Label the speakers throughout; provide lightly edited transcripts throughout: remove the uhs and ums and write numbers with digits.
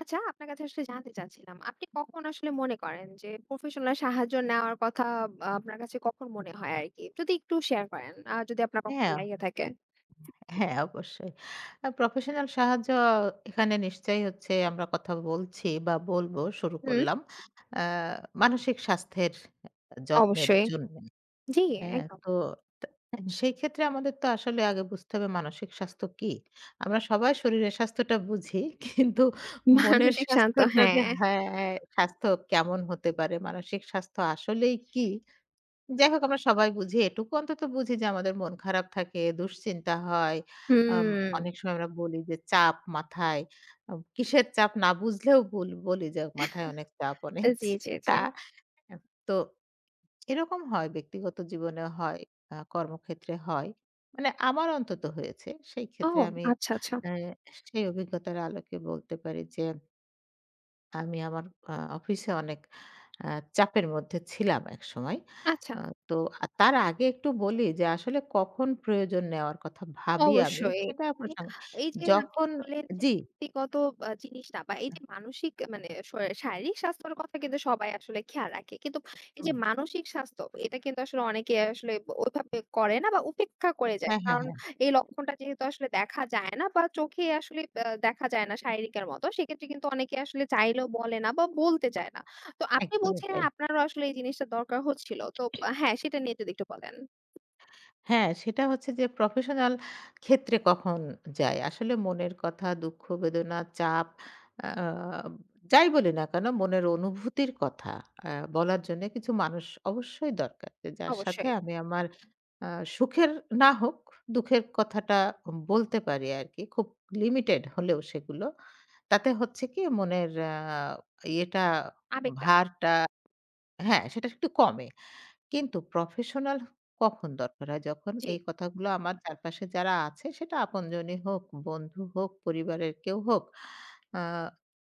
Speaker 1: আচ্ছা, আপনার কাছে আসলে জানতে চাচ্ছিলাম, আপনি কখন আসলে মনে করেন যে প্রফেশনাল সাহায্য নেওয়ার কথা আপনার কাছে কখন মনে হয় আরকি? যদি একটু শেয়ার করেন, যদি আপনার কখনো
Speaker 2: হ্যাঁ,
Speaker 1: লেগে থাকে।
Speaker 2: হ্যাঁ অবশ্যই। প্রফেশনাল সাহায্য এখানে নিশ্চয়ই হচ্ছে আমরা কথা বলছি বা বলবো শুরু
Speaker 1: হুম,
Speaker 2: করলাম। আ মানসিক স্বাস্থ্যের যত্নের
Speaker 1: অবশ্যই।
Speaker 2: জন্য।
Speaker 1: জি,
Speaker 2: হ্যাঁ,
Speaker 1: একদম।
Speaker 2: তো তা সেই ক্ষেত্রে আমাদের তো আসলে আগে বুঝতে হবে মানসিক স্বাস্থ্য কি? আমরা সবাই শরীরের স্বাস্থ্যটা বুঝি। কিন্তু মনের
Speaker 1: মানসিক শান্ত,
Speaker 2: স্বাস্থ্যটা যে
Speaker 1: হ্যাঁ।
Speaker 2: হ্যাঁ, স্বাস্থ্য কেমন হতে পারে? মানসিক স্বাস্থ্য আসলেই কি? যাই হোক আমরা সবাই বুঝি, এটুকু অন্তত বুঝি যে আমাদের মন খারাপ থাকে, দুশ্চিন্তা হয়। আম
Speaker 1: হুম।
Speaker 2: অনেক সময় আমরা বলি যে চাপ মাথায়। কিসের চাপ না বুঝলেও বলি যে মাথায় অনেক চাপ, অনেক
Speaker 1: জি, জি, জি।
Speaker 2: চিন্তা। তো এরকম হয়, ব্যক্তিগত জীবনেও হয়, কর্মক্ষেত্রে হয়। মানে আমার অন্তত হয়েছে। সেই
Speaker 1: ও
Speaker 2: ক্ষেত্রে আমি
Speaker 1: আচ্ছা, আচ্ছা।
Speaker 2: অ্যা সেই অভিজ্ঞতার আলোকে বলতে পারি যে আমি আমার অফিসে অনেক আ চাপের মধ্যে ছিলাম একসময়।
Speaker 1: আচ্ছা।
Speaker 2: আ তো আ তার আগে একটু বলি যে আসলে কখন প্রয়োজন নেওয়ার কথা ভাবি আমি,
Speaker 1: অবশ্যই।
Speaker 2: সেটা
Speaker 1: মানে
Speaker 2: প্রসঙ্গ
Speaker 1: এই যে আপনি
Speaker 2: যখন।
Speaker 1: বললেন যে
Speaker 2: জি।
Speaker 1: ব্যক্তিগত জিনিসটা বা এই যে মানসিক মানে শারীরিক স্বাস্থ্যের কথা কিন্তু সবাই আসলে খেয়াল রাখে। কিন্তু এই যে
Speaker 2: হুম,
Speaker 1: মানসিক স্বাস্থ্য এটা কিন্তু আসলে অনেকে আসলে ওইভাবে করে না বা উপেক্ষা করে যায়।
Speaker 2: হ্যাঁ, হ্যাঁ,
Speaker 1: কারণ
Speaker 2: হ্যাঁ।
Speaker 1: এই লক্ষণটা যেহেতু আসলে দেখা যায় না বা চোখে আসলে দেখা যায় না শারীরিকের মতো। সেক্ষেত্রে কিন্তু অনেকে আসলে চাইলেও বলে না বা বলতে চায় না। তো আপনি
Speaker 2: একদমই
Speaker 1: বলছিলেন
Speaker 2: তাই।
Speaker 1: আপনারও আসলে এই জিনিসটা দরকার হচ্ছিল। তো আহ, হ্যাঁ, সেটা নিয়ে যদি একটু বলেন।
Speaker 2: হ্যাঁ, সেটা হচ্ছে যে প্রফেশনাল ক্ষেত্রে কখন যাই। আসলে মনের কথা, দুঃখ, বেদনা, চাপ, আ যাই বলি না কেন মনের অনুভূতির কথা আ বলার জন্যে কিছু মানুষ অবশ্যই দরকার। যে যার সাথে
Speaker 1: অবশ্যই।
Speaker 2: আমি আমার আ সুখের না হোক দুঃখের কথাটা বলতে পারি আরকি। খুব লিমিটেড হলেও সেগুলো। তাতে হচ্ছে কি মনের ইয়েটা,
Speaker 1: আবেগটা।
Speaker 2: ভারটা, হ্যাঁ, সেটা একটু কমে। কিন্তু প্রফেশনাল কখন দরকার হয়? যখন
Speaker 1: জি।
Speaker 2: এই কথাগুলো আমার চারপাশে যারা আছে সেটা আপনজনই হোক, বন্ধু হোক, পরিবারের কেউ হোক, আ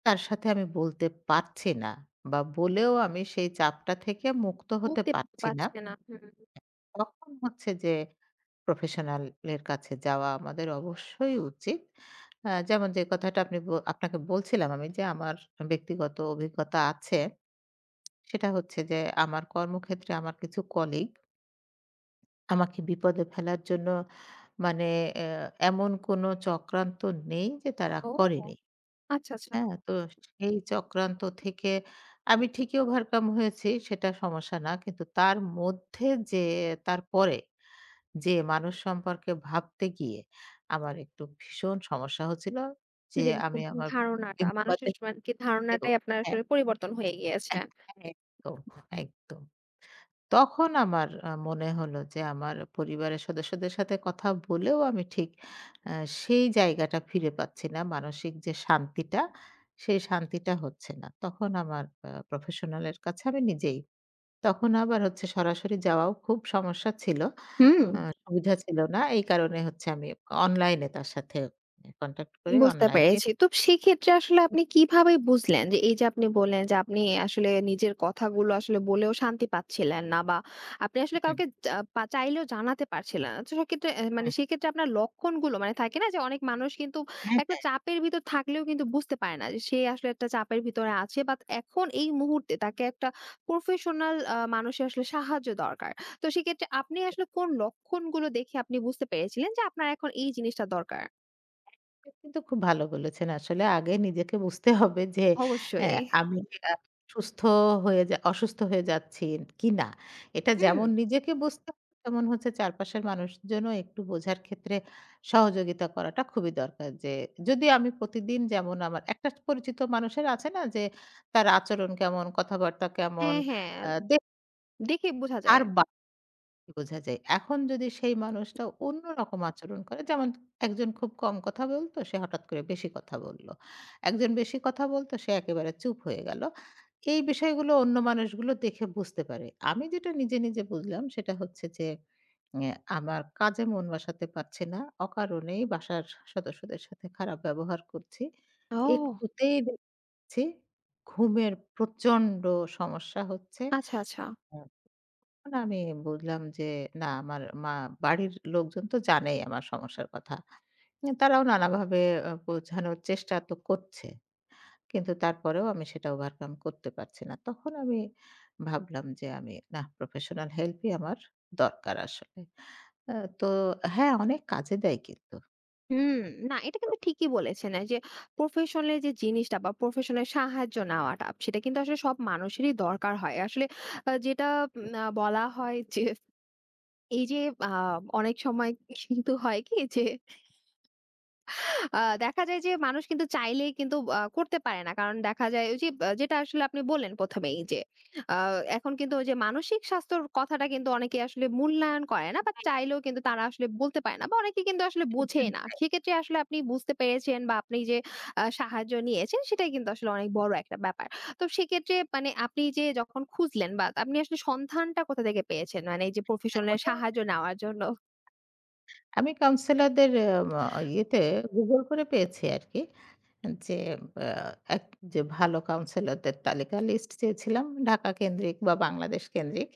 Speaker 2: তার সাথে আমি বলতে পারছি না বা বলেও আমি সেই চাপটা থেকে মুক্ত হতে
Speaker 1: মুক্তি
Speaker 2: পারছি না।
Speaker 1: পাচ্ছে না। হুম।
Speaker 2: তখন হচ্ছে যে প্রফেশনাল এর কাছে যাওয়া আমাদের অবশ্যই উচিত। যেমন যে কথাটা আপনি আপনাকে বলছিলাম আমি যে আমার ব্যক্তিগত অভিজ্ঞতা আছে। সেটা হচ্ছে যে আমার কর্মক্ষেত্রে আমার কিছু কলিগ আমাকে বিপদে ফেলার জন্য মানে অ্যা এমন কোনো চক্রান্ত নেই যে তারা
Speaker 1: ও
Speaker 2: করেনি।
Speaker 1: আচ্ছা, আচ্ছা।
Speaker 2: হ্যাঁ? তো সেই চক্রান্ত থেকে আমি ঠিকই ওভারকাম হয়েছি, সেটা সমস্যা না। কিন্তু তার মধ্যে যে তারপরে যে মানুষ সম্পর্কে ভাবতে গিয়ে আমার একটু ভীষণ সমস্যা হচ্ছিল যে
Speaker 1: যে
Speaker 2: আমি আমার
Speaker 1: ধারণাটা মানুষের
Speaker 2: বিপদের
Speaker 1: মানে কি ধারণাটাই
Speaker 2: সাথেও-
Speaker 1: আপনার
Speaker 2: হ্যাঁ,
Speaker 1: আসলে পরিবর্তন হয়ে গিয়েছে।
Speaker 2: হ্যাঁ, একদম, একদম। তখন আমার মনে হলো যে আমার পরিবারের সদস্যদের সাথে কথা বলেও আমি ঠিক আ সেই জায়গাটা ফিরে পাচ্ছি না। মানসিক যে শান্তিটা, সেই শান্তিটা হচ্ছে না। তখন আমার প্রফেশনালের কাছে আমি নিজেই। তখন আবার হচ্ছে সরাসরি যাওয়াও খুব সমস্যা ছিল।
Speaker 1: হুম।
Speaker 2: আ সুবিধা ছিল না। এই কারণে হচ্ছে আমি অনলাইনে তার সাথে কনট্যাক্ট করে
Speaker 1: বুঝতে
Speaker 2: অনলাইনে
Speaker 1: পেরেছি। তো সেক্ষেত্রে আসলে
Speaker 2: হুম,
Speaker 1: আপনি কিভাবে বুঝলেন যে এই যে আপনি বললেন যে আপনি আসলে নিজের কথাগুলো আসলে বলেও শান্তি পাচ্ছিলেন না বা আপনি আসলে
Speaker 2: হুম,
Speaker 1: কাউকে যা পা চাইলেও জানাতে পারছিলেন না। তো সেক্ষেত্রে মানে সেক্ষেত্রে আপনার লক্ষণগুলো মানে থাকে না যে অনেক মানুষ কিন্তু
Speaker 2: হুম।
Speaker 1: একটা চাপের ভিতর থাকলেও কিন্তু বুঝতে পারে না যে সে আসলে একটা চাপের ভিতরে আছে বা এখন এই মুহূর্তে তাকে একটা প্রফেশনাল মানুষের আসলে সাহায্য দরকার। তো সেক্ষেত্রে আপনি আসলে কোন লক্ষণগুলো দেখে আপনি বুঝতে পেরেছিলেন যে আপনার এখন এই জিনিসটা দরকার?
Speaker 2: এটা কিন্তু খুব ভালো বলেছেন আসলে। আগে নিজেকে বুঝতে হবে যে
Speaker 1: অবশ্যই।
Speaker 2: হ্যাঁ, আমি কি সুস্থ হয়ে অসুস্থ হয়ে যাচ্ছি কিনা। এটা
Speaker 1: হুম।
Speaker 2: যেমন নিজেকে বুঝতে হবে, তেমন হচ্ছে চারপাশের মানুষজনও একটু বোঝার ক্ষেত্রে সহযোগিতা করাটা খুবই দরকার। যে যদি আমি প্রতিদিন যেমন আমার একটা পরিচিত মানুষের আছে না যে তার আচরণ কেমন, কথাবার্তা কেমন,
Speaker 1: হ্যাঁ, হ্যাঁ।
Speaker 2: আ দেখ
Speaker 1: দেখে বোঝা যায়।
Speaker 2: আর বা বোঝা যায়। এখন যদি সেই মানুষটা অন্যরকম আচরণ করে, যেমন একজন খুব কম কথা বলতো সে হঠাৎ করে বেশি কথা বলল। একজন বেশি কথা বলতো সে একেবারে চুপ হয়ে গেল। এই বিষয়গুলো অন্য মানুষগুলো দেখে বুঝতে পারে। আমি যেটা নিজে, নিজে বুঝলাম সেটা হচ্ছে যে অ্যা আমার কাজে মন বসাতে পারছি না। অকারণেই বাসার সদস্যদের সাথে খারাপ ব্যবহার করছি।
Speaker 1: ও!
Speaker 2: একটুতেই দেখছি ঘুমের প্রচণ্ড সমস্যা হচ্ছে।
Speaker 1: আচ্ছা, আচ্ছা।
Speaker 2: না, আমি বুঝলাম যে না, আমার বাড়ির লোকজন তো জানেই আমার সমস্যার কথা। উম তারাও নানাভাবে বোঝানোর চেষ্টা তো করছে। কিন্তু তারপরেও আমি সেটা ওভারকাম করতে পারছি না। তখন আমি ভাবলাম যে আমি নাহ, প্রফেশনাল হেল্পই আমার দরকার আসলে। আ তো হ্যাঁ, অনেক কাজে দেয় কিন্তু।
Speaker 1: হুম। না এটা কিন্তু ঠিকই বলেছেন। এই যে প্রফেশনাল এর যে জিনিসটা বা প্রফেশনাল সাহায্য নেওয়াটা সেটা কিন্তু আসলে সব মানুষেরই দরকার হয়। আসলে যেটা উম আ বলা হয় যে এই যে আ অনেক সময় কিন্তু হয় কি যে দেখা যায় যে মানুষ কিন্তু চাইলেই কিন্তু করতে পারে না। কারণ দেখা যায় ওই যে যেটা আসলে আপনি বললেন ১ম এই যে আ এখন কিন্তু ওই যে মানসিক স্বাস্থ্যর কথাটা কিন্তু অনেকে আসলে মূল্যায়ন করে না বা চাইলেও কিন্তু তারা আসলে বলতে পারে না বা অনেকে কিন্তু আসলে বোঝেই না। সেক্ষেত্রে আসলে আপনি বুঝতে পেরেছেন বা আপনি যে সাহায্য নিয়েছেন সেটাই কিন্তু আসলে অনেক বড় একটা ব্যাপার। তো সেক্ষেত্রে মানে আপনি যে যখন খুঁজলেন বা আপনি আসলে সন্ধানটা কোথা থেকে পেয়েছেন? মানে এই যে
Speaker 2: হ্যাঁ,
Speaker 1: প্রফেশনাল
Speaker 2: ওটা
Speaker 1: সাহায্য নেওয়ার জন্য?
Speaker 2: আমি কাউন্সেলরদের ইয়েতে Google করে পেয়েছি আরকি। যে আ এক যে ভালো কাউন্সিলরদের তালিকা লিস্ট চেয়েছিলাম ঢাকা কেন্দ্রিক বা বাংলাদেশ কেন্দ্রিক।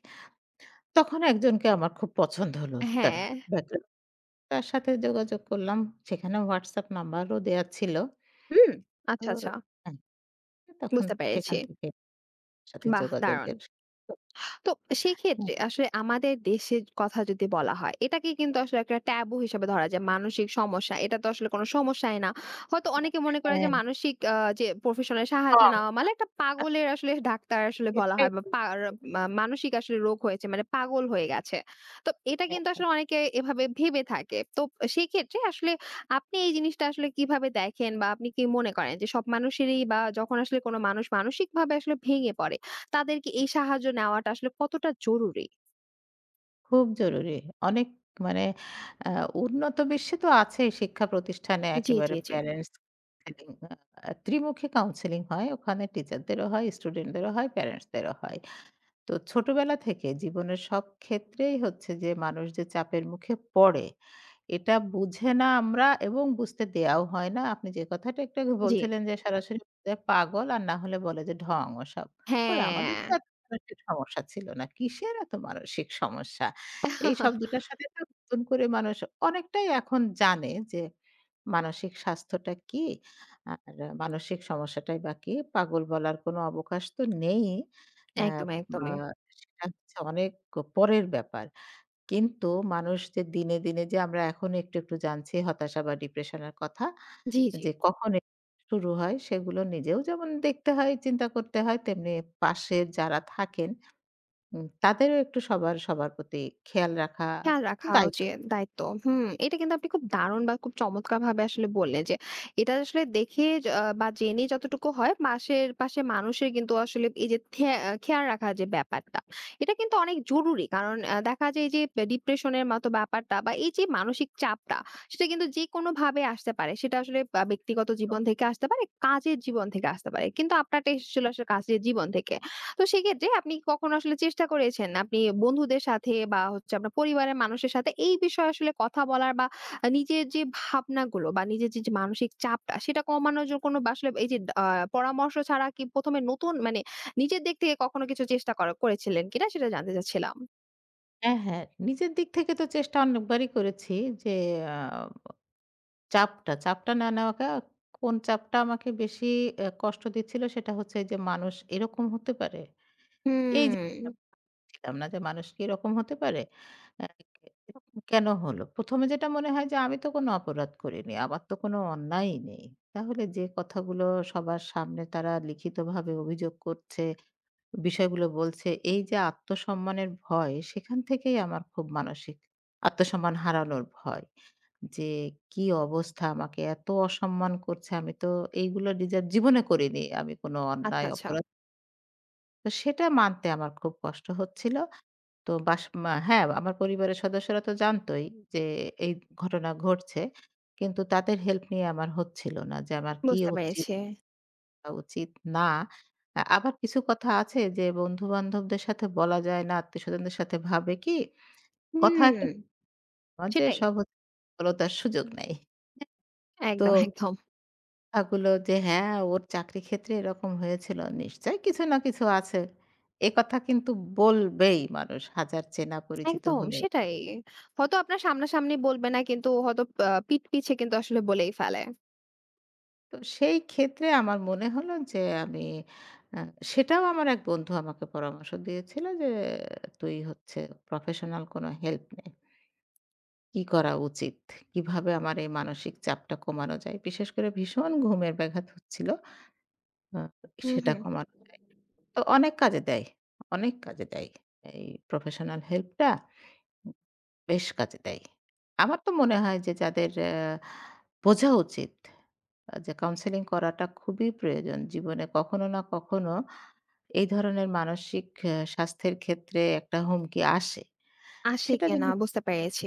Speaker 2: তখন একজনকে আমার খুব পছন্দ হলো তার
Speaker 1: হ্যাঁ।
Speaker 2: ব্যাকগ্রাউন্ড। তার সাথে যোগাযোগ করলাম। সেখানে WhatsApp নাম্বারও দেয়া ছিল।
Speaker 1: হুম।
Speaker 2: তো
Speaker 1: আচ্ছা, আচ্ছা।
Speaker 2: হ্যাঁ, তখন
Speaker 1: বুঝতে পেরেছি।
Speaker 2: সেখান থেকে তার সাথে
Speaker 1: বাহ! দারুণ।
Speaker 2: যোগাযোগের
Speaker 1: তো
Speaker 2: হ্যাঁ,
Speaker 1: সেক্ষেত্রে আসলে আমাদের দেশের কথা যদি বলা হয়, এটাকে কিন্তু আসলে একটা ট্যাবু হিসেবে ধরা যায়। মানসিক সমস্যা, এটা তো আসলে কোনো সমস্যাই না। হয়তো অনেকে মনে করে যে
Speaker 2: হ্যাঁ,
Speaker 1: মানসিক যে প্রফেশনাল সাহায্য
Speaker 2: কম।
Speaker 1: নেওয়া মানে একটা পাগলের আসলে ডাক্তার আসলে বলা
Speaker 2: এটাই
Speaker 1: হয় বা
Speaker 2: বলছি।
Speaker 1: পা মানসিক আসলে রোগ হয়েছে মানে পাগল হয়ে গেছে। তো এটা কিন্তু আসলে অনেকে এভাবে ভেবে থাকে। তো সেক্ষেত্রে আসলে আপনি এই জিনিসটা আসলে কিভাবে দেখেন বা আপনি কি মনে করেন যে সব মানুষেরই বা যখন আসলে কোনো মানুষ মানসিকভাবে আসলে ভেঙে পড়ে তাদেরকে এই সাহায্য নেওয়াটা আসলে কতটা জরুরি?
Speaker 2: খুব জরুরি। অনেক মানে আ উন্নত বিশ্বে তো আছেই, শিক্ষা প্রতিষ্ঠানে
Speaker 1: জি, জি,
Speaker 2: একেবারে
Speaker 1: জি,
Speaker 2: প্যারেন্টস কাউন্সেলিং, ত্রিমুখী কাউন্সেলিং হয়। ওখানে টিচারদেরও হয়, স্টুডেন্টদেরও হয়, প্যারেন্টসদেরও হয়। তো ছোটবেলা থেকে জীবনের সব ক্ষেত্রেই হচ্ছে যে মানুষ যে চাপের মুখে পড়ে এটা বুঝে না আমরা, এবং বুঝতে দেয়াও হয় না। আপনি যে কথাটা একটু আগে
Speaker 1: জি।
Speaker 2: বলছিলেন যে সরাসরি বলে পাগল আর না হলে বলে যে ঢং ওসব। কই আমাদের
Speaker 1: হ্যাঁ।
Speaker 2: তো এত মানসিক সমস্যা ছিল না। কিসের এত মানসিক সমস্যা? এই শব্দটার সাথে না নতুন করে মানুষ অনেকটাই এখন জানে যে মানসিক স্বাস্থ্যটা কি? আর মানসিক সমস্যাটাই বা কি? পাগল বলার কোনো অবকাশ তো নেই। অ্যা
Speaker 1: একদম,
Speaker 2: আ
Speaker 1: একদমই।
Speaker 2: সেটা হচ্ছে অনেক পরের ব্যাপার। কিন্তু মানুষ যে দিনে, দিনে যে আমরা এখন একটু, একটু জানছি হতাশা বা ডিপ্রেশন এর কথা,
Speaker 1: জি, জি।
Speaker 2: যে কখন শুরু হয় সেগুলো নিজেও যেমন দেখতে হয়, চিন্তা করতে হয়, তেমনি পাশে যারা থাকেন উম তাদেরও একটু সবার, সবার প্রতি খেয়াল রাখা
Speaker 1: খেয়াল
Speaker 2: তো
Speaker 1: রাখা
Speaker 2: দায়িত্ব।
Speaker 1: উচিত দায়িত্ব। হুম, এটা কিন্তু আপনি খুব দারুণ বা খুব চমৎকারভাবে আসলে বললেন যে, এটা আসলে দেখে য আহ, বা জেনে যতটুকু হয় পাশের পাশে মানুষের কিন্তু আসলে এই যে থে আহ, খেয়াল রাখার যে ব্যাপারটা, এটা কিন্তু অনেক জরুরি। কারণ দেখা যায় যে ডিপ্রেশনের মতো ব্যাপারটা বা এই যে মানসিক চাপটা, সেটা কিন্তু যেকোনোভাবে আসতে পারে। সেটা আসলে ব্যক্তিগত জীবন থেকে আসতে পারে, কাজের জীবন থেকে আসতে পারে। কিন্তু আপনারটা এসেছিল আসলে কাজের জীবন থেকে। তো সেক্ষেত্রে আপনি কি কখনো আসলে চেষ্টা করেছেন আপনি বন্ধুদের সাথে বা হচ্ছে আপনার পরিবারের মানুষের সাথে এই বিষয়ে আসলে কথা বলার বা নিজের যে ভাবনাগুলো বা নিজের যে, যে মানসিক চাপটা সেটা কমানোর জন্য কোনো বা আসলে এই যে আ পরামর্শ ছাড়া কি ১ম এ নতুন মানে নিজের দিক থেকে কখনো কিছু চেষ্টা করা করেছিলেন কিনা সেটা জানতে চাচ্ছিলাম?
Speaker 2: হ্যাঁ, হ্যাঁ। নিজের দিক থেকে তো চেষ্টা অনেকবারই করেছি যে আ চাপটা, চাপটা না নেওয়াটা, কোন চাপটা আমাকে বেশি কষ্ট দিচ্ছিল সেটা হচ্ছে যে মানুষ এরকম হতে পারে। এই যে
Speaker 1: হুম।
Speaker 2: ছিলাম না যে মানুষ কি এরকম হতে পারে? অ্যা এরকম কেন হলো? ১ম এ যেটা মনে হয় যে আমি তো কোনো অপরাধ করিনি। আমার তো কোনো অন্যায়ই নেই। তাহলে যে কথাগুলো সবার সামনে তারা লিখিতভাবে অভিযোগ করছে, বিষয়গুলো বলছে, এই যে আত্মসম্মানের ভয়, সেখান থেকেই আমার খুব মানসিক আত্মসম্মান হারানোর ভয়। যে কি অবস্থা, আমাকে এত অসম্মান করছে, আমি তো এইগুলো নিজের জীবনে করিনি, আমি কোনো
Speaker 1: আচ্ছা,
Speaker 2: অন্যায়
Speaker 1: আচ্ছা।
Speaker 2: অপরাধ। তো সেটা মানতে আমার খুব কষ্ট হচ্ছিল। তো বাস মা হ্যাঁ, আমার পরিবারের সদস্যরা তো জানতই যে এই ঘটনা ঘটছে। কিন্তু তাদের হেল্প নিয়ে আমার হচ্ছিল না যে আমার কি
Speaker 1: বুঝতে
Speaker 2: উচিত
Speaker 1: পেরেছি।
Speaker 2: বা উচিত না। আবার কিছু কথা আছে যে বন্ধু-বান্ধবদের সাথে বলা যায় না, আত্মীয়স্বজনদের সাথে ভাবে কি কথা
Speaker 1: হুম,
Speaker 2: একটা যে
Speaker 1: সেটাই।
Speaker 2: সব হচ্ছে সফলতার সুযোগ নাই। তো
Speaker 1: একদম, একদম।
Speaker 2: কথাগুলো যে হ্যাঁ, ওর চাকরি ক্ষেত্রে এরকম হয়েছিল নিশ্চয়ই কিছু না কিছু আছে। এ কথা কিন্তু বলবেই মানুষ হাজার চেনা পরিচিত
Speaker 1: একদম
Speaker 2: হলেও।
Speaker 1: সেটাই। হয়তো আপনার সামনাসামনি বলবে না কিন্তু হয়তো পিঠ পিছে কিন্তু আসলে বলেই ফেলে।
Speaker 2: তো সেই ক্ষেত্রে আমার মনে হলো যে আমি আ সেটাও আমার এক বন্ধু আমাকে পরামর্শ দিয়েছিল যে, "তুই হচ্ছে প্রফেশনাল কোনো হেল্প নে। কি করা উচিত? কিভাবে আমার এই মানসিক চাপটা কমানো যায়?" বিশেষ করে ভীষণ ঘুমের ব্যাঘাত হচ্ছিল। আ
Speaker 1: হুম,
Speaker 2: সেটা
Speaker 1: হুম।
Speaker 2: কমানো তো অনেক কাজে দেয়, অনেক কাজে দেয় এই প্রফেশনাল হেল্পটা। বেশ কাজে দেয়। আমার তো মনে হয় যে যাদের বোঝা উচিত যে কাউন্সেলিং করাটা খুবই প্রয়োজন। জীবনে কখনো না কখনো এই ধরনের মানসিক স্বাস্থ্যের ক্ষেত্রে একটা হুমকি আসে।
Speaker 1: আসে
Speaker 2: সেটা
Speaker 1: কিনা
Speaker 2: যদি
Speaker 1: বুঝতে পেরেছি।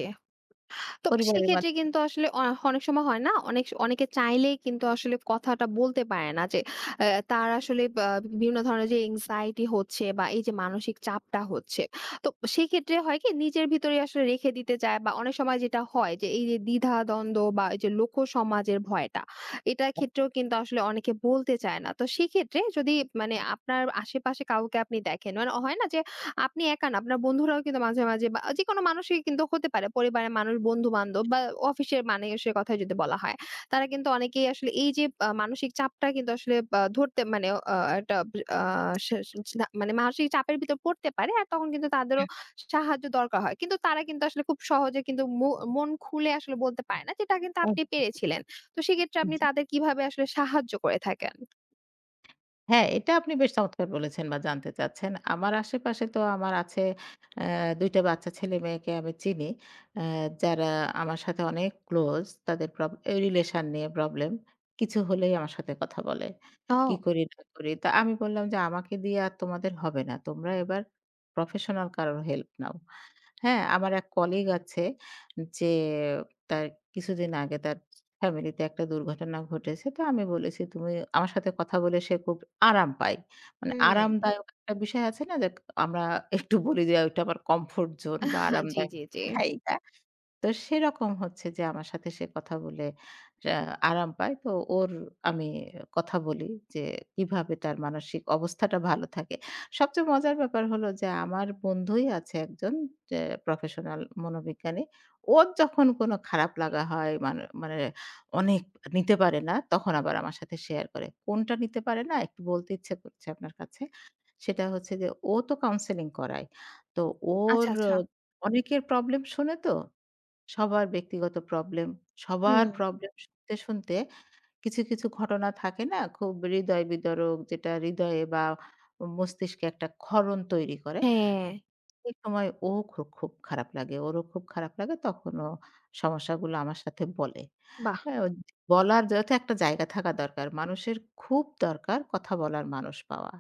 Speaker 1: তো
Speaker 2: পরিবারের
Speaker 1: সেক্ষেত্রে
Speaker 2: মাধ্যমে
Speaker 1: কিন্তু আসলে অনেক সময় হয় না? অনেক অনেকে চাইলেই কিন্তু আসলে কথাটা বলতে পারে না যে আ তার আসলে বা বিভিন্ন ধরনের যে anxiety হচ্ছে বা এই যে মানসিক চাপটা হচ্ছে। তো সেক্ষেত্রে হয় কি নিজের ভিতরেই আসলে রেখে দিতে চায় বা অনেক সময় যেটা হয় যে এই যে দ্বিধা-দ্বন্দ্ব বা এই যে লোক সমাজের ভয়টা, এটার ক্ষেত্রেও কিন্তু আসলে অনেকে বলতে চায় না। তো সেক্ষেত্রে যদি মানে আপনার আশেপাশে কাউকে আপনি দেখেন মানে হয় না যে আপনি একা না, আপনার বন্ধুরাও কিন্তু মাঝে, মাঝে বা যেকোনো মানুষই কিন্তু হতে পারে। পরিবারের মানুষ, বন্ধু-বান্ধব বা অফিসের মানুষের কথাই যদি বলা হয়। তারা কিন্তু অনেকেই আসলে এই যে মানসিক চাপটা কিন্তু আসলে ধরতে মানে একটা আ সা সা মানে মানসিক চাপের ভিতর পড়তে পারে। আর তখন কিন্তু তাদেরও সাহায্য দরকার হয়। কিন্তু তারা কিন্তু আসলে খুব সহজে কিন্তু মন খুলে আসলে বলতে পারে না, যেটা কিন্তু আপনি পেরেছিলেন। তো সেক্ষেত্রে আপনি তাদের কিভাবে আসলে সাহায্য করে থাকেন?
Speaker 2: হ্যাঁ, এটা আপনি বেশ চমৎকার বলেছেন বা জানতে চাচ্ছেন। আমার আশেপাশে তো আমার আছে অ্যা ২ টা বাচ্চা ছেলে-মেয়েকে আমি চিনি। অ্যা যারা আমার সাথে অনেক ক্লোজ। তাদের এই রিলেশন নিয়ে প্রবলেম। কিছু হলেই আমার সাথে কথা বলে। কি
Speaker 1: ও!
Speaker 2: করি না করি। তা আমি বললাম যে, "আমাকে দিয়ে আর তোমাদের হবে না। তোমরা এবার প্রফেশনাল কারো হেল্প নাও।" হ্যাঁ, আমার এক কলিগ আছে যে তার কিছুদিন আগে তার ফ্যামিলিতে একটা দুর্ঘটনা ঘটেছে। তো আমি বলেছি তুমি আমার সাথে কথা বলে সে খুব আরাম পায়। মানে
Speaker 1: হুম।
Speaker 2: আরামদায়ক একটা বিষয় আছে না যে আমরা একটু বলি যে ওইটা আমার কমফোর্ট জোন বা
Speaker 1: জি,
Speaker 2: আরামদায়ক
Speaker 1: জি, জি।
Speaker 2: জায়গা। তো সেরকম হচ্ছে যে আমার সাথে সে কথা বলে আ আরাম পায়। তো ওর আমি কথা বলি যে কিভাবে তার মানসিক অবস্থাটা ভালো থাকে। সবচেয়ে মজার ব্যাপার হলো যে আমার বন্ধুই আছে একজন যে প্রফেশনাল মনোবিজ্ঞানী। ওর যখন কোনো খারাপ লাগা হয় মানে অনেক নিতে পারে না তখন আবার আমার সাথে শেয়ার করে। কোনটা নিতে পারে না একটু বলতে ইচ্ছে করছে আপনার কাছে। সেটা হচ্ছে যে ও তো কাউন্সেলিং করায়। তো ওর
Speaker 1: আচ্ছা, আচ্ছা।
Speaker 2: আহ, অনেকের প্রবলেম শোনে তো সবার ব্যক্তিগত প্রবলেম, সবার
Speaker 1: হুম।
Speaker 2: প্রবলেম শুনতে, শুনতে কিছু, কিছু ঘটনা থাকে না খুব হৃদয় বিদারক যেটা হৃদয়ে বা মস্তিষ্কে একটা ক্ষরণ তৈরি করে।
Speaker 1: হ্যাঁ।
Speaker 2: এই সময় ও খুব খারাপ লাগে। ওরও খুব খারাপ লাগে তখন ও সমস্যাগুলো আমার সাথে বলে।
Speaker 1: বাহ!
Speaker 2: হ্যাঁ, ও বলার যথা একটা জায়গা থাকা দরকার। মানুষের খুব দরকার কথা বলার মানুষ পাওয়া।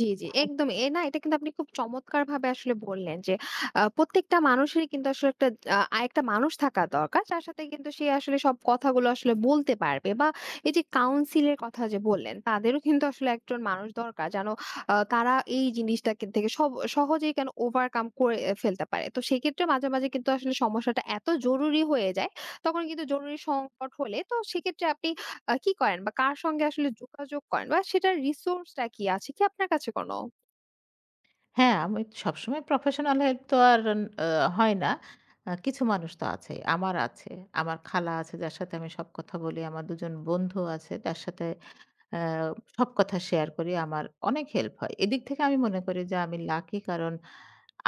Speaker 1: জি, জি।
Speaker 2: খু
Speaker 1: একদমই। এ না এটা কিন্তু আপনি খুব চমৎকারভাবে আসলে বললেন যে প্রত্যেকটা মানুষেরই কিন্তু আসলে একটা আরেকটা মানুষ থাকা দরকার। যার সাথে কিন্তু সে আসলে সব কথাগুলো আসলে বলতে পারবে বা এই যে কাউন্সিল এর কথা যে বললেন, তাদেরও কিন্তু আসলে একজন মানুষ দরকার যেন তারা এই জিনিসটা কিন থেকে সব সহজেই কেন ওভারকাম করে এ ফেলতে পারে। তো সেক্ষেত্রে মাঝে, মাঝে কিন্তু আসলে সমস্যাটা এত জরুরি হয়ে যায়, তখন কিন্তু জরুরি সংকট হলে তো সেক্ষেত্রে আপনি কি করেন বা কার সঙ্গে আসলে যোগাযোগ করেন বা সেটার রিসোর্স টা কি আছে কি আপনার কাছে কোনো?
Speaker 2: হ্যাঁ, আমি সবসময় প্রফেশনাল হেল্প তো আর আ হয় না। কিছু মানুষ তো আছেই। আমার আছে। আমার খালা আছে যার সাথে আমি সব কথা বলি। আমার ২ জন বন্ধু আছে যার সাথে আ সব কথা শেয়ার করি। আমার অনেক হেল্প হয়। এদিক থেকে আমি মনে করি যে আমি লাকি, কারণ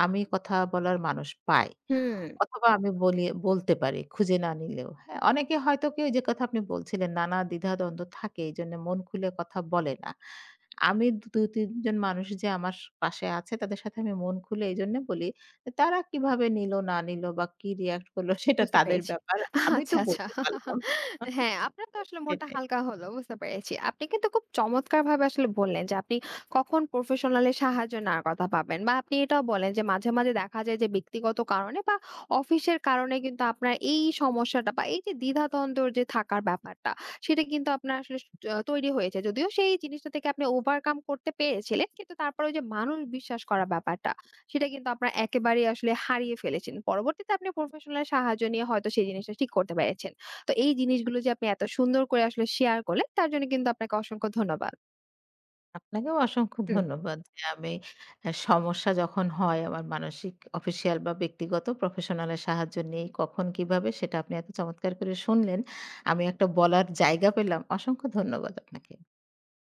Speaker 2: আমি কথা বলার মানুষ পাই।
Speaker 1: হুম।
Speaker 2: অথবা আমি বলি বলতে পারি খুঁজে না নিলেও। হ্যাঁ, অনেকে হয়তো কি ওই যে কথা আপনি বলছিলেন নানা দ্বিধা দ্বন্দ্ব থাকে। এজন্য মন খুলে কথা বলে না। আমি ২-৩ জন মানুষ যে আমার পাশে আছে তাদের সাথে আমি মন খুলে এজন্য বলি যে, তারা কিভাবে নিল না নিল বা কি রিঅ্যাক্ট করলো সেটা
Speaker 1: বুঝতে
Speaker 2: তাদের
Speaker 1: পেরেছি।
Speaker 2: ব্যাপার। আমি
Speaker 1: আচ্ছা,
Speaker 2: তো
Speaker 1: আচ্ছা।
Speaker 2: বলতে পারলাম। না।
Speaker 1: হ্যাঁ, আপনার তো আসলে মনটা
Speaker 2: সেটাই।
Speaker 1: হালকা হলো। বুঝতে পেরেছি। আপনি কিন্তু খুব চমৎকারভাবে আসলে বললেন যে আপনি কখন প্রফেশনাল এর সাহায্য নেওয়ার কথা ভাবেন বা আপনি এটাও বলেন যে মাঝে, মাঝে দেখা যায় যে ব্যক্তিগত কারণে বা অফিসের কারণে কিন্তু আপনার এই সমস্যাটা বা এই যে দ্বিধাদ্বন্দ্বর যে থাকার ব্যাপারটা, সেটা কিন্তু আপনার আসলে তৈরি হয়েছে। যদিও সেই জিনিসটা থেকে আপনি ওভারকাম করতে পেরেছিলেন। কিন্তু তারপরে ওই যে মানুষ বিশ্বাস করার ব্যাপারটা সেটা কিন্তু আপনার একেবারেই আসলে হারিয়ে ফেলেছেন। পরবর্তীতে আপনি প্রফেশনাল সাহায্য নিয়ে হয়তো সেই জিনিসটা ঠিক করতে পেরেছেন। তো এই জিনিসগুলো যে আপনি এত সুন্দর করে আসলে শেয়ার করলেন, তার জন্য কিন্তু আপনাকে অসংখ্য ধন্যবাদ।
Speaker 2: আপনাকেও অসংখ্য
Speaker 1: হুম।
Speaker 2: ধন্যবাদ যে আমি সমস্যা যখন হয় আমার মানসিক, অফিসিয়াল বা ব্যক্তিগত প্রফেশনাল এর সাহায্য নেই। কখন কিভাবে সেটা আপনি এত চমৎকার করে শুনলেন। আমি একটা বলার জায়গা পেলাম। অসংখ্য ধন্যবাদ আপনাকে।